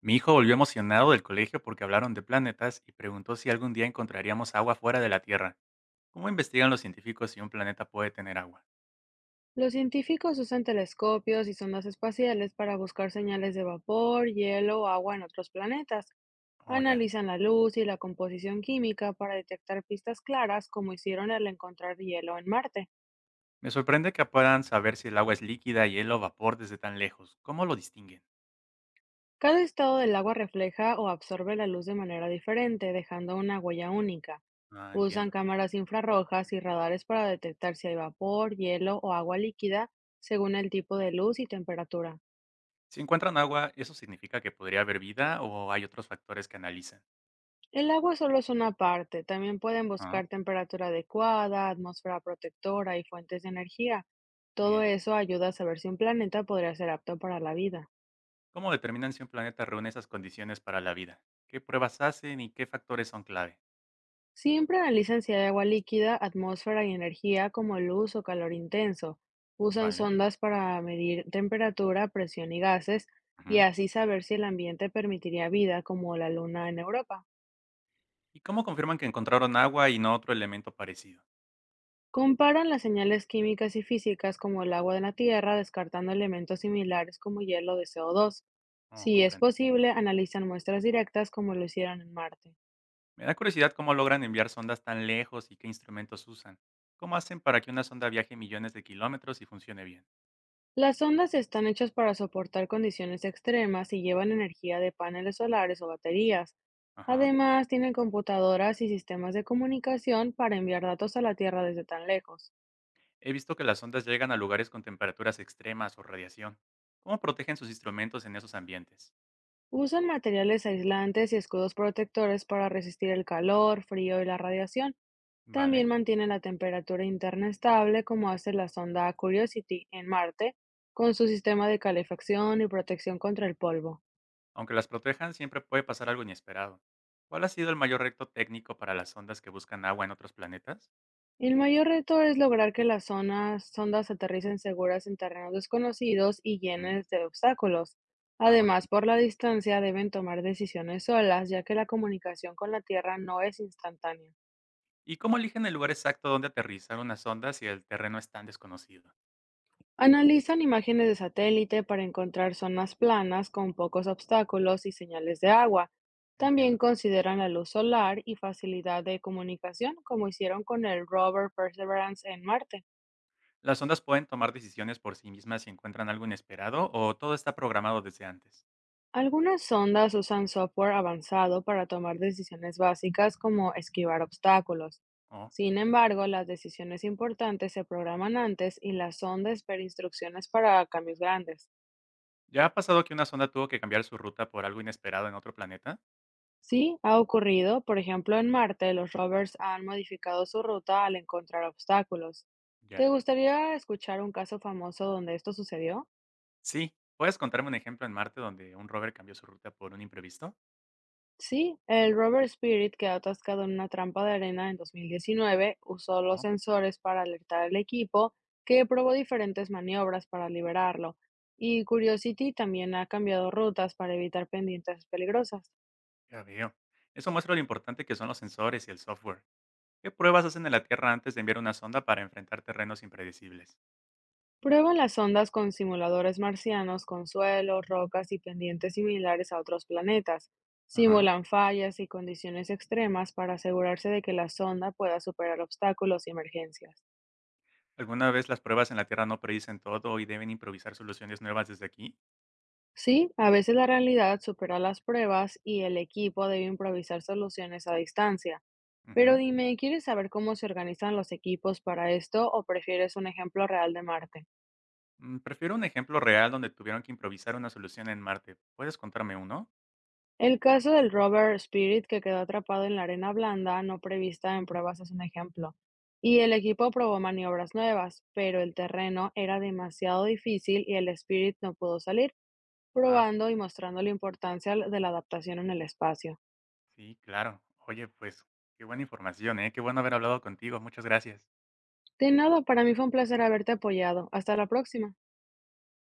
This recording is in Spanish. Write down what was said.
Mi hijo volvió emocionado del colegio porque hablaron de planetas y preguntó si algún día encontraríamos agua fuera de la Tierra. ¿Cómo investigan los científicos si un planeta puede tener agua? Los científicos usan telescopios y sondas espaciales para buscar señales de vapor, hielo o agua en otros planetas. Oh, ya. Analizan la luz y la composición química para detectar pistas claras, como hicieron al encontrar hielo en Marte. Me sorprende que puedan saber si el agua es líquida, hielo o vapor desde tan lejos. ¿Cómo lo distinguen? Cada estado del agua refleja o absorbe la luz de manera diferente, dejando una huella única. Ah, Usan entiendo. cámaras infrarrojas y radares para detectar si hay vapor, hielo o agua líquida, según el tipo de luz y temperatura. Si encuentran agua, ¿eso significa que podría haber vida o hay otros factores que analizan? El agua solo es una parte, también pueden Ah, buscar temperatura adecuada, atmósfera protectora y fuentes de energía. Todo bien. eso ayuda a saber si un planeta podría ser apto para la vida. ¿Cómo determinan si un planeta reúne esas condiciones para la vida? ¿Qué pruebas hacen y qué factores son clave? Siempre analizan si hay agua líquida, atmósfera y energía como luz o calor intenso. Usan Vale. sondas para medir temperatura, presión y gases y Ujú. así saber si el ambiente permitiría vida como la luna en Europa. ¿Y cómo confirman que encontraron agua y no otro elemento parecido? Comparan las señales químicas y físicas como el agua de la Tierra, descartando elementos similares como hielo de CO2. No Si es comprendo. posible, analizan muestras directas como lo hicieron en Marte. Me da curiosidad cómo logran enviar sondas tan lejos y qué instrumentos usan. ¿Cómo hacen para que una sonda viaje millones de kilómetros y funcione bien? Las ondas están hechas para soportar condiciones extremas y llevan energía de paneles solares o baterías. Ajá. Además, tienen computadoras y sistemas de comunicación para enviar datos a la Tierra desde tan lejos. He visto que las sondas llegan a lugares con temperaturas extremas o radiación. ¿Cómo protegen sus instrumentos en esos ambientes? Usan materiales aislantes y escudos protectores para resistir el calor, frío y la radiación. También Vale. mantiene la temperatura interna estable, como hace la sonda Curiosity en Marte, con su sistema de calefacción y protección contra el polvo. Aunque las protejan, siempre puede pasar algo inesperado. ¿Cuál ha sido el mayor reto técnico para las sondas que buscan agua en otros planetas? El mayor reto es lograr que las zonas, sondas aterricen seguras en terrenos desconocidos y Ujú. llenos de obstáculos. Ah, buen Además, punto. por la distancia deben tomar decisiones solas, ya que la comunicación con la Tierra no es instantánea. ¿Y cómo eligen el lugar exacto donde aterrizar una sonda si el terreno es tan desconocido? Analizan imágenes de satélite para encontrar zonas planas con pocos obstáculos y señales de agua. También Entiendo. consideran la luz solar y facilidad de comunicación, como hicieron con el rover Perseverance en Marte. ¿Las sondas pueden tomar decisiones por sí mismas si encuentran algo inesperado o todo está programado desde antes? Algunas sondas usan software avanzado para tomar decisiones básicas como esquivar obstáculos. Oh. Sin embargo, las decisiones importantes se programan antes y la sonda espera instrucciones para cambios grandes. ¿Ya ha pasado que una sonda tuvo que cambiar su ruta por algo inesperado en otro planeta? Sí, ha ocurrido. Por ejemplo, en Marte, los rovers han modificado su ruta al encontrar obstáculos. ¿Te Ya. gustaría escuchar un caso famoso donde esto sucedió? Sí. ¿Puedes contarme un ejemplo en Marte donde un rover cambió su ruta por un imprevisto? Sí, el rover Spirit quedó atascado en una trampa de arena en 2019, usó los Oh, sensores para alertar al equipo, que probó diferentes maniobras para liberarlo, y Curiosity también ha cambiado rutas para evitar pendientes peligrosas. ya veo. Eso muestra lo importante que son los sensores y el software. ¿Qué pruebas hacen en la Tierra antes de enviar una sonda para enfrentar terrenos impredecibles? Prueba las ondas con simuladores marcianos con suelos, rocas y pendientes similares a otros planetas. Ajá. Simulan fallas y condiciones extremas para asegurarse de que la sonda pueda superar obstáculos y emergencias. ¿Alguna vez las pruebas en la Tierra no predicen todo y deben improvisar soluciones nuevas desde aquí? Sí, a veces la realidad supera las pruebas y el equipo debe improvisar soluciones a distancia. Pero Ujú. dime, ¿quieres saber cómo se organizan los equipos para esto o prefieres un ejemplo real de Marte? Prefiero un ejemplo real donde tuvieron que improvisar una solución en Marte. ¿Puedes contarme uno? El caso del rover Spirit, que quedó atrapado en la arena blanda no prevista en pruebas, es un ejemplo. Y el equipo probó maniobras nuevas, pero el terreno era demasiado difícil y el Spirit no pudo salir, Wow, probando y mostrando la importancia de la adaptación en el espacio. sí, claro. Oye, pues qué buena información, ¿eh? Qué bueno haber hablado contigo. Muchas gracias. De nada, para mí fue un placer haberte apoyado. Hasta la próxima.